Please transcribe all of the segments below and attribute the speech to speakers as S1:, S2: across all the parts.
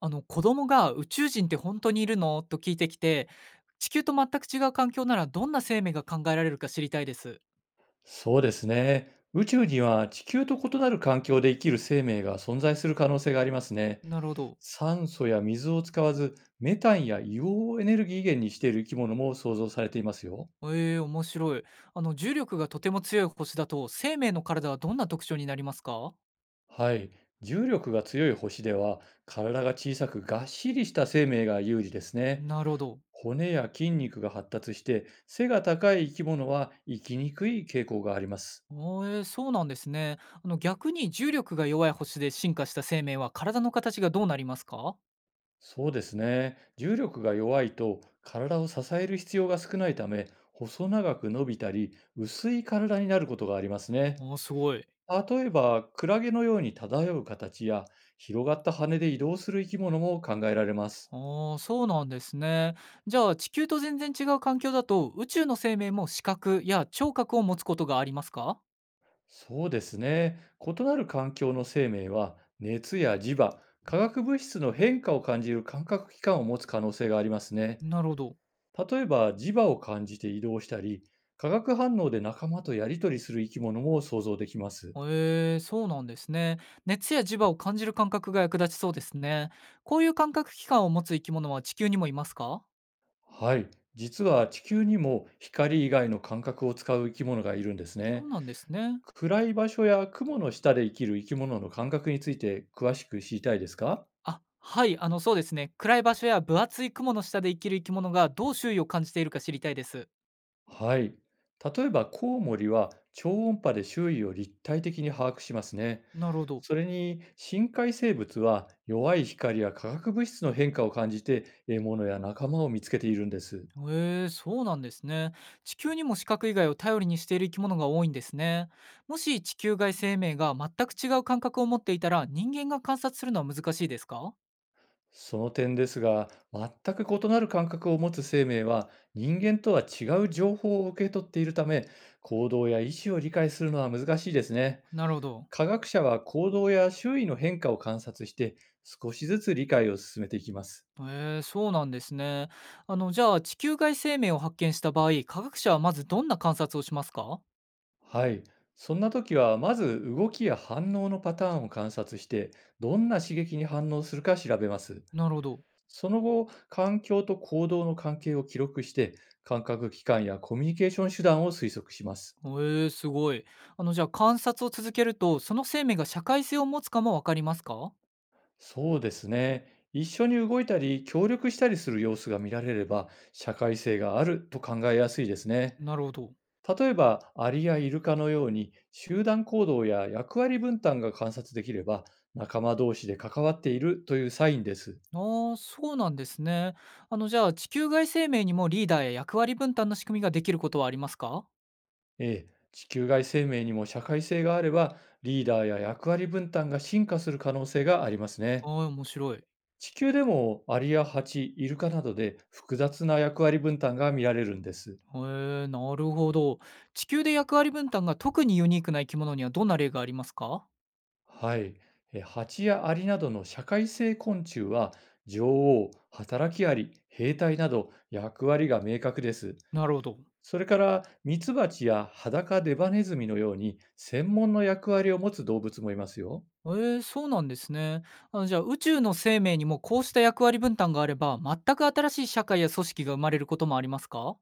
S1: あの子供が「宇宙人って本当にいるの？」と聞いてきて、地球と全く違う環境ならどんな生命が考えられるか知りたいです。
S2: そうですね。宇宙には地球と異なる環境で生きる生命が存在する可能性がありますね。
S1: なるほど。
S2: 酸素や水を使わず、メタンや硫黄をエネルギー源にしている生き物も想像されていますよ。
S1: ええ、面白い。重力がとても強い星だと生命の体はどんな特徴になりますか？
S2: はい。重力が強い星では、体が小さくがっしりした生命が有利ですね。
S1: なるほど。
S2: 骨や筋肉が発達して、背が高い生き物は生きにくい傾向があります。
S1: そうなんですね。逆に重力が弱い星で進化した生命は体の形がどうなりますか？
S2: そうですね。重力が弱いと体を支える必要が少ないため、細長く伸びたり、薄い体になることがありますね。
S1: あー、すごい。
S2: 例えば、クラゲのように漂う形や、広がった羽で移動する生き物も考えられます。
S1: ああ、そうなんですね。じゃあ、地球と全然違う環境だと、宇宙の生命も視覚や聴覚を持つことがありますか？
S2: そうですね。異なる環境の生命は、熱や磁場、化学物質の変化を感じる感覚器官を持つ可能性がありますね。
S1: なるほど。
S2: 例えば磁場を感じて移動したり、化学反応で仲間とやり取りする生き物も想像できます。
S1: へえ、そうなんですね。熱や磁場を感じる感覚が役立ちそうですね。こういう感覚器官を持つ生き物は地球にもいますか？
S2: はい。実は地球にも光以外の感覚を使う生き物がいるんです
S1: そう
S2: ね。
S1: なんですね。
S2: 暗い場所や雲の下で生きる生き物の感覚について詳しく知りたいですか？
S1: あ、はい、そうですね。暗い場所や分厚い雲の下で生きる生き物がどう周囲を感じているか知りたいです。
S2: はい。例えばコウモリは超音波で周囲を立体的に把握しますね。
S1: なるほど。
S2: それに深海生物は弱い光や化学物質の変化を感じて獲物や仲間を見つけているんです。
S1: へえ、そうなんですね。地球にも視覚以外を頼りにしている生き物が多いんですね。もし地球外生命が全く違う感覚を持っていたら、人間が観察するのは難しいですか？
S2: その点ですが、全く異なる感覚を持つ生命は人間とは違う情報を受け取っているため、行動や意思を理解するのは難しいですね。
S1: なるほど。
S2: 科学者は行動や周囲の変化を観察して少しずつ理解を進めていきます。
S1: へえ、そうなんですね。じゃあ地球外生命を発見した場合、科学者はまずどんな観察をしますか？
S2: はい。そんな時は、まず動きや反応のパターンを観察して、どんな刺激に反応するか調べます。
S1: なるほど。
S2: その後、環境と行動の関係を記録して、感覚器官やコミュニケーション手段を推測します。
S1: へえ、すごい。じゃあ観察を続けると、その生命が社会性を持つかもわかりますか？
S2: そうですね。一緒に動いたり、協力したりする様子が見られれば、社会性があると考えやすいですね。
S1: なるほど。
S2: 例えば、アリやイルカのように、集団行動や役割分担が観察できれば、仲間同士で関わっているというサインです。
S1: ああ、そうなんですね。じゃあ、地球外生命にもリーダーや役割分担の仕組みができることはありますか？
S2: ええ、地球外生命にも社会性があれば、リーダーや役割分担が進化する可能性があります
S1: あ
S2: ね。
S1: あー、面白い。
S2: 地球でもアリやハチ、イルカなどで複雑な役割分担が見られるんです。
S1: へえ、なるほど。地球で役割分担が特にユニークな生き物にはどんな例がありますか？
S2: はい。ハチやアリなどの社会性昆虫は、女王、働きアリ、兵隊など役割が明確です。
S1: なるほど。
S2: それから、ミツバチや裸デバネズミのように専門の役割を持つ動物もいますよ。
S1: ええ、そうなんですね。じゃあ、宇宙の生命にもこうした役割分担があれば、全く新しい社会や組織が生まれることもありますか？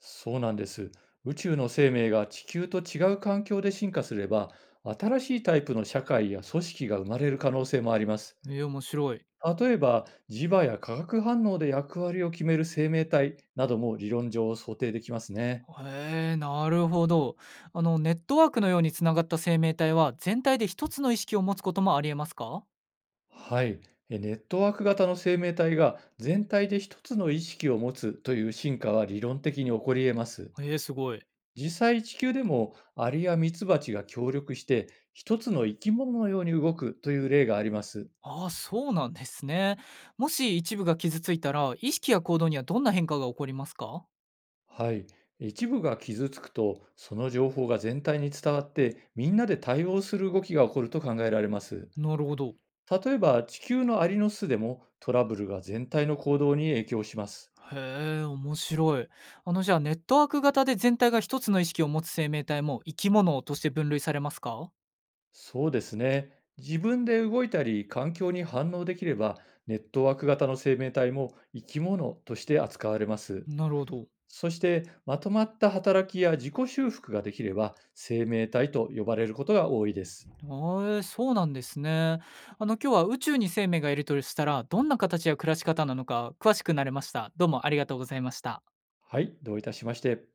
S2: そうなんです。宇宙の生命が地球と違う環境で進化すれば、新しいタイプの社会や組織が生まれる可能性もあります。
S1: ええ、面白い。
S2: 例えば、磁場や化学反応で役割を決める生命体なども理論上想定できますね。
S1: へえ、なるほど。ネットワークのようにつながった生命体は、全体で一つの意識を持つこともありえますか？
S2: はい。ネットワーク型の生命体が全体で一つの意識を持つという進化は理論的に起こり得ます。
S1: へえ、すごい。
S2: 実際地球でもアリやミツバチが協力して一つの生き物のように動くという例があります。
S1: ああ、そうなんですね。もし一部が傷ついたら、意識や行動にはどんな変化が起こりますか？
S2: はい。一部が傷つくと、その情報が全体に伝わって、みんなで対応する動きが起こると考えられます。
S1: なるほど。
S2: 例えば、地球のアリの巣でもトラブルが全体の行動に影響します。
S1: へえ、面白い。じゃあ、ネットワーク型で全体が一つの意識を持つ生命体も、生き物として分類されますか？
S2: そうですね。自分で動いたり、環境に反応できれば、ネットワーク型の生命体も生き物として扱われます。
S1: なるほど。
S2: そして、まとまった働きや自己修復ができれば、生命体と呼ばれることが多いで
S1: へ
S2: す。
S1: ー、そうなんですね。今日は宇宙に生命がいるとしたら、どんな形や暮らし方なのか詳しくなれました。どうもありがとうございました。
S2: はい、どういたしまして。